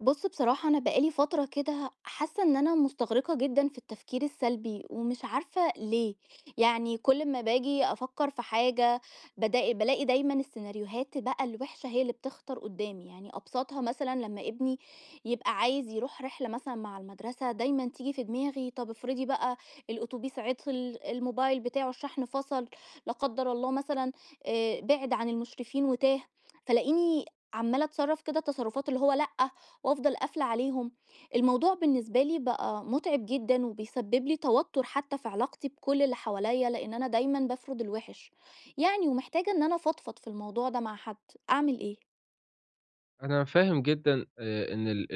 بُص، بصراحة أنا بقى لي فترة كده حاسة إن أنا مُستغرقة جدًا في التفكير السلبي، ومش عارفة ليه. يعني كل ما باجي أفكّر في حاجة بادا بالاقي دايمًا السيناريوهات بقى الوحشة هي اللي بتخطر قدّامي. يعني أبسطها مثلًا لمّا ابني يبقى عايز يروح رحلة مثلًا مع المدرسة دايمًا تيجي في دماغي طب افرضي بقى الأوتوبيس عطل، الموبايل بتاعه الشحن فصل، لا قدّر الله مثلًا، بِعد عن المشرفين وتاه، فالاقيني عمّالة أتصرّف كده تصرُّفات اللي هو لأ وأفضل قافلة عليهم. الموضوع بالنسبة لي بقى متعب جدًا وبيسبب لي توتر حتى في علاقتي بكل اللي حواليّا، لإن أنا دايمًا بافرض الوِحِش. يعني ومحتاجة إن أنا أفضفض في الموضوع ده مع حد، أعمل إيه؟ أنا فاهم جدًا إن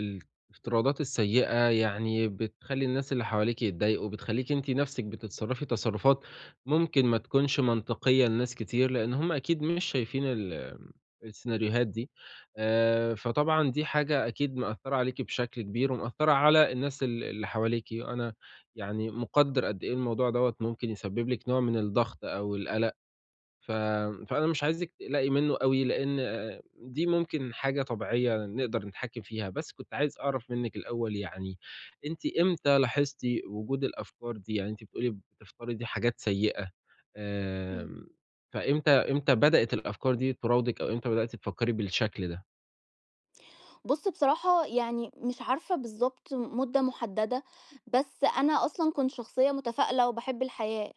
الافتراضات السيئة يعني بتخلّي الناس اللي حواليكِ يتضايقوا، بتخلّيكِ أنتِ نَفْسِك بتتصرّفي تصرُّفات ممكن ما تكونش منطقية لناس كتير، لإن هم أكيد مش شايفين السيناريوهات دي. فطبعًا دي حاجة أكيد مأثّرة عليكِ بشكل كبير ومأثّرة على الناس اللي حواليكِ، أنا يعني مُقدّر قد إيه الموضوع دوّة ممكن يسبّب لِك نوع من الضغط أو القلق. ف فأنا مش عايزِك تقلقي منّه أوي، لإن دي ممكن حاجة طبيعية نقدر نتحكّم فيها، بس كنت عايز أعرف منِّك الأول يعني أنتِ إمتى لاحظتِ وجود الأفكار دي؟ يعني أنتِ بتقولي بتفترضي حاجات سيئة. إمم. آمم، فإمتى بدأت الأفكار دي تراودِك أو إمتى بدأتِ تفكّري بالشكل ده؟ بُص، بصراحة يعني مش عارفة بالضبط مدة محددة، بس أنا أصلًا كنت شخصية متفائلة وباحب الحياة.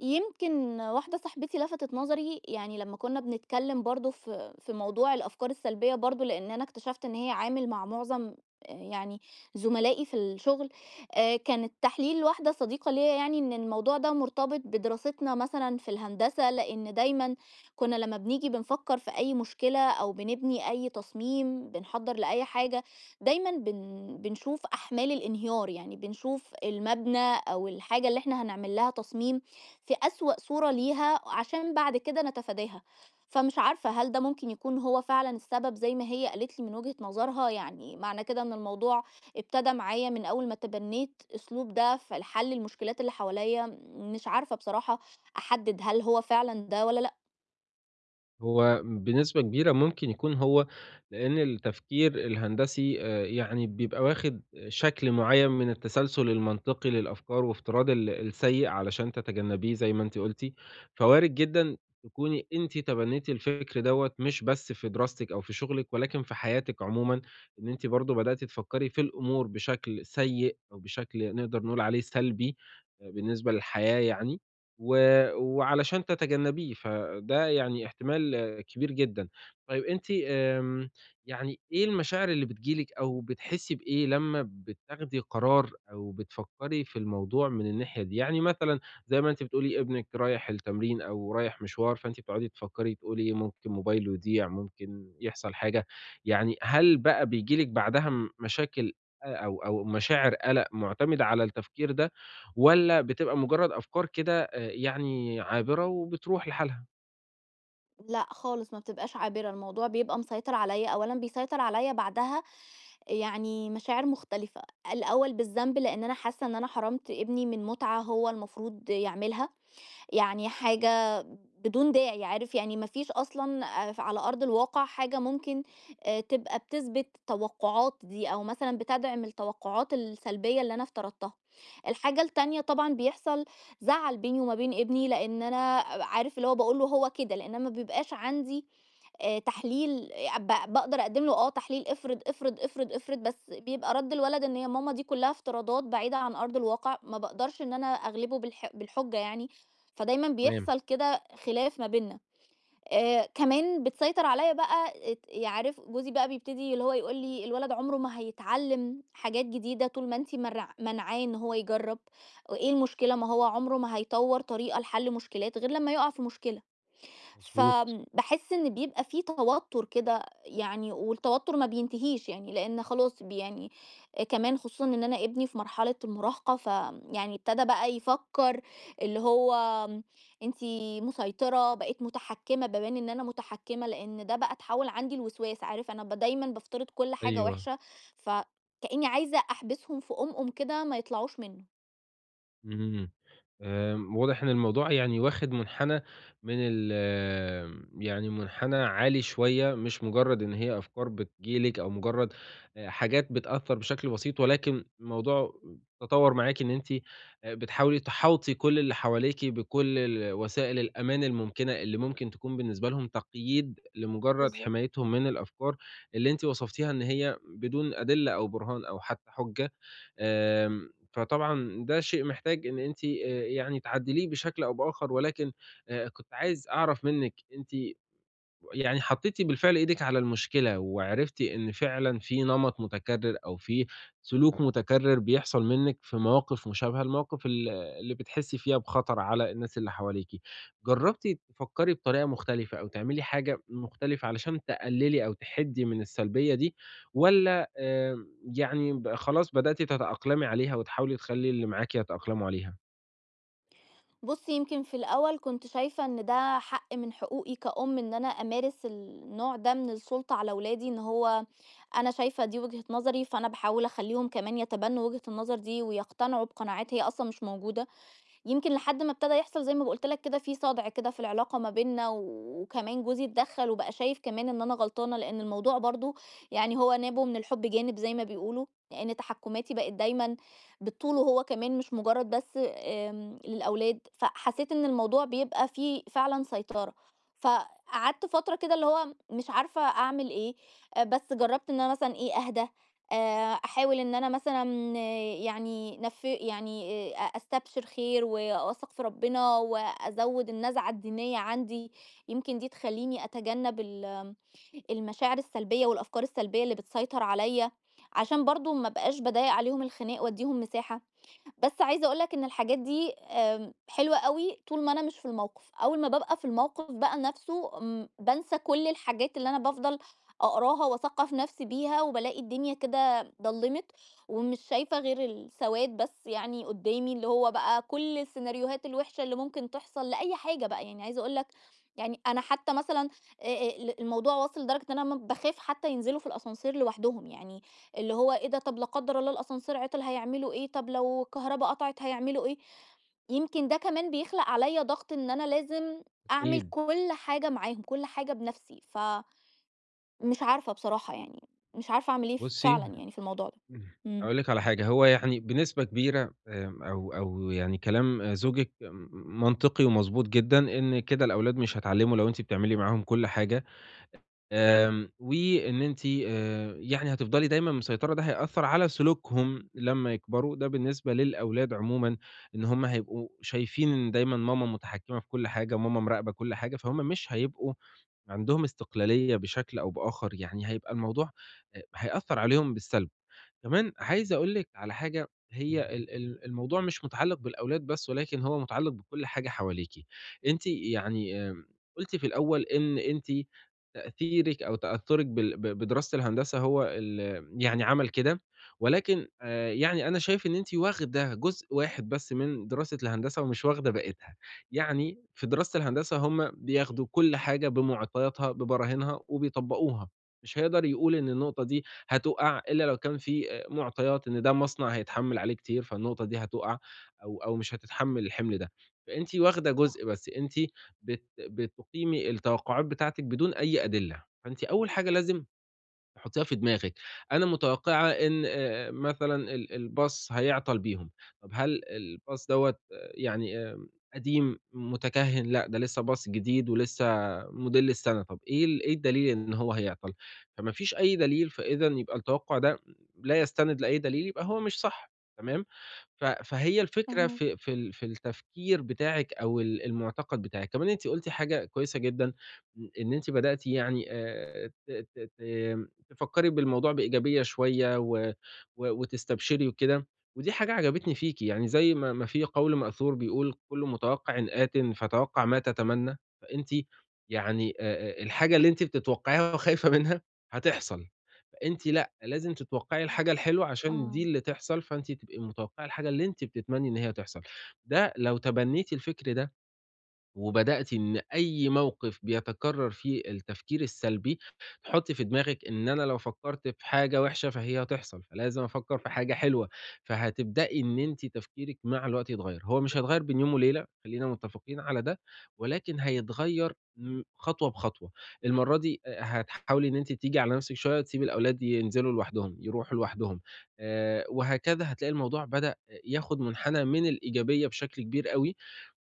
يمكن واحدة صاحبتي لفتت نظري يعني لما كنا بنتكلم برضو في موضوع الأفكار السلبية برضو لأن أنا اكتشفت إن هي عامل مع معظم، آه، يعني زملائي في الشغل. آه، كان التحليل واحدة صديقة ليا يعني إن الموضوع ده مرتبط بدراستنا مثلا في الهندسة لأن دايما كنا لما بنيجي بنفكر في أي مشكلة أو بنبني أي تصميم بنحضر لأي حاجة دايما بنشوف أحمال الانهيار، يعني بنشوف المبنى أو الحاجة اللي احنا هنعمل لها تصميم في أسوأ صورة ليها عشان بعد كده نتفاداها. فمش عارفة هل ده ممكن يكون هو فعلًا السبب زي ما هي قالت لي من وجهة نظرها؟ يعني معنى كده إن الموضوع ابتدى معايا من أول ما تبنيت أسلوب ده في لحل المشكلات اللي حواليّا. مش عارفة بصراحة أحدد هل هو فعلًا ده والّا لأ. هو بنسبة كبيرة ممكن يكون هو، لأن التفكير الهندسي يعني بيبقى واخد شكل معين من التسلسل المنطقي للأفكار وافتراض السيء علشان تتجنبيه زي ما انت قلتي، فوارد جدا تكوني انت تبنيتي الفكر دوت مش بس في دراستك او في شغلك ولكن في حياتك عموما، ان انت برضو بدأتي تفكري في الأمور بشكل سيء او بشكل نقدر نقول عليه سلبي بالنسبة للحياة يعني. وعلشان تتجنّبيه، فده يعني احتمال كبير جدًا. طيب أنتِ يعني إيه المشاعر اللي بتيجي لِك أو بتحسّي بإيه لمّا بتاخدي قرار أو بتفكّري في الموضوع من الناحية دي؟ يعني مثلًا زي ما أنتِ بتقولي إمم. ابنِك رايح التمرين أو رايح مشوار، فأنتِ بتقعدي تفكّري تقولي ممكن موبايله يضيع، ممكن يحصل حاجة. يعني هل بقى بييجي لِك بعدها مشاكل أ أو أو مشاعر قَلَق مُعتمدة على التفكير ده، والّا بتبقى مُجرّد أفكار كده يعني عابرة وبتروح لحالها؟ لأ خالص ما بتبقاش عابرة، الموضوع بيبقى مسيطر عليّا، أولًا بيسيطر عليّا بعدها يعني مشاعر مختلفة. الأول بالذنب لإن أنا حاسة إن أنا حرمت ابني من متعة هو المفروض يعملها. يعني حاجة بدون داعي عارف يعني ما فيش أصلًا، ف على أرض الواقع حاجة ممكن، تبقى بتثبت التوقعات دي، أو مثلًا بتدعم التوقعات السلبية اللي أنا افترضتها. الحاجة التانية طبعًا بيحصل زعل بيني وما بين ابني، لإن أنا آه، عارف اللي هو باقول له هو كده، لإن أنا ما بيبقاش عندي تحليل ب باقدر أقدم له آه تحليل افرض، افرض، افرض، افرض، بس بيبقى رَد الولد إن يا ماما دي كلّها افتراضات بعيدة عن أرض الواقع، ما باقدرش إن أنا أغلبه بالحجة يعني. فدايمًا تمام، بيحصل كده خلاف ما بيننا. كمان بتسيطر عليّا بقى ات يعرف جوزي بقى بيبتدي اللي هو يقول لي: "الولد عمره ما هيتعلّم حاجات جديدة طول ما أنتِ مرع مانعاه إن هو يجرّب، وإيه المشكلة ما هو عمره ما هيطوّر طريقة لحل مشكلات غير لمّا يُقع في مشكلة." مضبوط، فآمم باحس إن بيبقى في توتر كده يعني، والتوتر ما بينتهيش يعني، لإن خلاص ب يعني، كمان خصوصًا إن أنا ابني في مرحلة المراهقة، فيعني ابتدى بقى يفكّر اللي هو آمم، أنتِ مسيطرة، بقيت متحكمة، بابان إن أنا متحكمة، لإن ده بقى اتحوّل عندي لوسواس، عارف أنا ب دايمًا بافترض كل حاجة أيوه. وِحشة، فكإني عايزة أحبسهم في قُمقُم كده ما يطلعوش منه. اهم. واضح إن الموضوع يعني واخد منحنى من ال يعني منحنى عالي شوية، مش مجرد إن هي أفكار بتيجي لِك أو مجرد حاجات بتأثّر بشكل بسيط، ولكن الموضوع تطوّر معاكِ إن أنتِ بتحاولي تحاوطي كل اللي حواليكِ بكل وسائل الأمان الممكنة، اللي ممكن تكون بالنسبة لهم تقييد لمجرد بالضبط. حمايتهم من الأفكار اللي أنتِ وصفتيها إن هي بدون أدلة أو برهان أو حتى حجة. آمم، فطبعًا ده شيء محتاج إن أنتِ يعني تعدّليه بشكل أو بآخر، ولكن كنت عايز أعرف منِّك أنتِ يعني حطيتِ بالفعل إيدِك على المشكلة، وعرفتِ إن فعلًا في نمط متكرر أو في سلوك متكرر بيحصل منِّك في مواقف مشابهة لمواقف اللي بتحسي فيها بخطر على الناس اللي حواليكِ. جربتِ تفكري بطريقة مختلفة أو تعملي حاجة مختلفة علشان تقللي أو تحدي من السلبية دي، والّا يعني خلاص بدأتِ تتأقلمي عليها وتحاولي تخلّي اللي معاكِ يتأقلموا عليها؟ بُصّي، يمكن في الأول كنت شايفة إن ده حق من حقوقي كأم إن أنا أمارس النوع ده من السُلطة على ولادي، إن هو أنا شايفة دي وجهة نظري، فأنا باحاول أخلّيهم كمان يتبنّوا وجهة النظر دي ويقتنعوا بقناعات هي أصلًا مش موجودة. يمكن لحد ما ابتدى يحصل زي ما قُلت لك كده في صَدْع كده في العلاقة ما بيننا، و- وكمان جوزي اتدخّل وبقى شايف كمان إن أنا غلطانة، لإن الموضوع برضه يعني هو نابه من الحُب جانب زي ما بيقولوا، لإن تحكُّماتي بقت دايمًا بالطول وهو كمان مش مجرّد بس آمم للأولاد، فحسيت إن الموضوع بيبقى فيه فعلًا سيطرة. فقعدت فترة كده اللي هو مش عارفة أعمل إيه. بس جرّبت إن أنا مثلًا إيه أهدى، آآ أحاول إن أنا مثلًا يعني نف يعني أستبشر خير وأثق في ربنا وأزوّد النزعة الدينية عندي، يمكن دي تخلّيني أتجنّب ال المشاعر السلبية والأفكار السلبية اللي بتسيطر عليّا، عشان برضه ما أبقاش باضايق عليهم الخناق وأدّيهم مساحة. بس عايزة أقول لك إن الحاجات دي آمم، حلوة أوي طول ما أنا مش في الموقف، أول ما بابقى في الموقف بقى نَفْسه بانسى كل الحاجات اللي أنا بافضل أقراها وأثقّف نَفْسي بيها، وبالاقي الدنيا كده ضلِّمت ومش شايفة غير السواد بس يعني قدّامي، اللي هو بقى كل السيناريوهات الوحشة اللي ممكن تحصل لأي حاجة بقى. يعني عايزة أقول لك يعني أنا حتى مثلًا، ل الموضوع واصل لدرجة إن أنا م باخاف حتى ينزلوا في الascenseur لوحدهم، يعني اللي هو إيه ده طب لا قدر الله الأسانسير عطل هيعملوا إيه، طب لو الكهربا قطعت هيعملوا إيه. يمكن ده كمان بيخلق عليَّ ضغط إن أنا لازم أعمل أكيد. كل حاجة معاهم، كل حاجة بنفسي، فمش عارفة بصراحة يعني، مش عارفة أعمل إيه ف بُصّي، فعلًا يعني في الموضوع ده. إمم، إمم. هاقول لِك على حاجة، هو يعني بنسبة كبيرة أو يعني كلام زوجِك منطقي ومضبوط جدًا، إن كده الأولاد مش هيتعلموا لو أنتِ بتعملي معاهم كل حاجة. وإن أنتِ يعني هتفضلي دايمًا مسيطرة، ده هيأثّر على سلوكهم لمّا يكبروا، ده بالنسبة للأولاد عمومًا، إن هُم هيبقوا شايفين إن دايمًا ماما متحكمة في كل حاجة، ماما مراقبة كل حاجة، فهُم مش هيبقوا عندهم استقلالية بشكل أو بآخر، يعني هيبقى الموضوع هيأثّر عليهم بالسلب. كمان عايز أقول لِك على حاجة، هي ال ال الموضوع مش متعلّق بالأولاد بس، ولكن هو متعلّق بكل حاجة حواليكِ. أنتِ يعني قُلتِ في الأول إن أنتِ تأثيرِك أو تأثُّرِك بال ب بدراسة الهندسة هو يعني عمل كده، ولكن يعني أنا شايف إن أنتِ واخدة جزء واحد بس من دراسة الهندسة ومش واخدة بقيتها. يعني في دراسة الهندسة هم بياخدوا كل حاجة بمعطياتها، ببراهينها وبيطبّقوها، مش هيقدر يقول إن النقطة دي هتُقع إلا لو كان في مُعطيات إن ده مصنع هيتحمّل عليه كتير، فالنقطة دي هتُقع أو مش هتتحمّل الحِمل ده. فأنتِ واخدة صح، جزء بس، أنتِ بتُقيمي التوقعات بتاعتِك بدون أي أدلة. فأنتِ أول حاجة لازم حُطّيها في دماغِك، أنا متوقعة إن مثلًا الباص هيعطل بيهم، طب هل الباص دوّة يعني قديم، متكهّن، لأ ده لسه باص جديد ولسه موديل السنة، طب إيه إيه الدليل إن هو هيعطل؟ فما فيش أي دليل، فإذًا يبقى التوقُّع ده لا يستند لأي دليل، يبقى هو مش صح، تمام؟ فهي الفكرة فاهماك، في في ال في التفكير بتاعِك أو المُعتقد بتاعِك. كمان أنتِ قُلتِ حاجة كويسة جدًا، إن أنتِ بدأتِ يعني ت ت ت تفكّري بالموضوع بإيجابية شوية و و وتستبشري وكده، ودي حاجة عجبتني فيكِ. يعني زي ما ما في قول مأثور بيقول: "كل متوقِّعٍ آتٍ، فتوقَّع ما تتمنّى." فأنتِ يعني الحاجة اللي أنتِ بتتوقّعيها وخايفة منها هتحصل. فأنتِ لأ، لازم تتوقّعي الحاجة الحلوة عشان دي آه، اللي تحصل، فأنتِ تبقي متوقّعة الحاجة اللي أنتِ بتتمني إن هي تحصل. ده لو تبنّيتِ الفكر ده وبدأتِ إن أي موقف بيتكرر فيه التفكير السلبي، تحطّي في دماغِك إن أنا لو فكرت في حاجة وحشة فهي هتحصل، فلازم أفكر في حاجة حلوة، فهتبدئي إن أنتِ تفكيرِك مع الوقت يتغير، هو مش هيتغير بين يوم وليلة، خلّينا متفقين على ده، ولكن هيتغير خطوة بخطوة، المرّة دي هتحاولي إن أنتِ تيجي على نفسِك شوية وتسيبي الأولاد ينزلوا لوحدهم، يروحوا لوحدهم. وهكذا هتلاقي الموضوع بدأ ياخد منحنى من الإيجابية بشكل كبير أوي.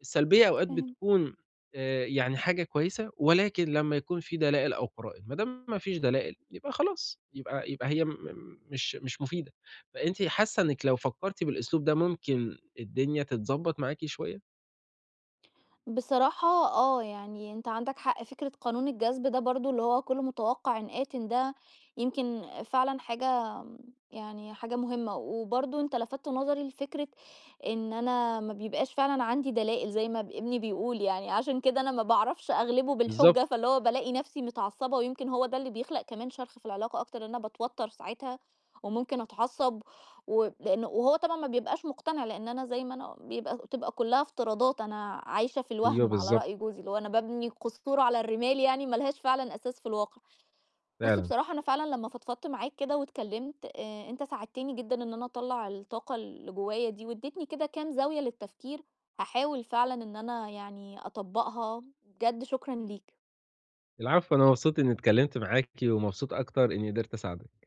السلبية أوقات فاهم. بتكون يعني حاجة كويسة، ولكن لمّا يكون في دلائل أو قرائن، ما دام ما فيش دلائل يبقى خلاص، يبقى هي مش مفيدة. فأنتِ حاسة إنِّك لو فكرتِ بالأسلوب ده ممكن الدنيا تتضبّط معاكِ شوية؟ بصراحة آه، يعني أنت عندك حق فكرة قانون الجذب ده برضو اللي هو كل متوقع آتٍ ده يمكن فعلًا حاجة يعني حاجة مهمة، وبرضو أنت لفتت نظري لفكرة إن أنا ما بيبقاش فعلًا عندي دلائل زي ما ب ابني بيقول يعني، عشان كده أنا ما باعرفش أغلبه بالضبط، بالحجة، فاللي هو بالاقي نفسي متعصبة ويمكن هو ده اللي بيخلق كمان شرخ في العلاقة أكتر، إن أنا باتوتر ساعتها وممكن أتعصب و لإنه وهو طبعًا ما بيبقاش مقتنع، لإن أنا زي ما أنا بتبقى كلّها افتراضات، أنا عايشة في أيوه الوهم على بالضبط، رأي جوزي، اللي هو أنا بابني قصور على الرمال يعني ما لهاش فعلًا أساس في الواقع. بُص، فعلًا. بصراحة أنا فعلًا لمّا فضفضت معاك كده واتكلّمت، أنت ساعدتني جدًا إن أنا أطلّع الطاقة اللي جوايا دي، وادّيتني كده كام زاوية للتفكير. هاحاول فعلًا إن أنا يعني أطبّقها، بجد شكرًا ليك. العفو، أنا مبسوط إنّي اتكلمت معاكِ ومبسوط أكتر إنّي قدرت أساعدِك.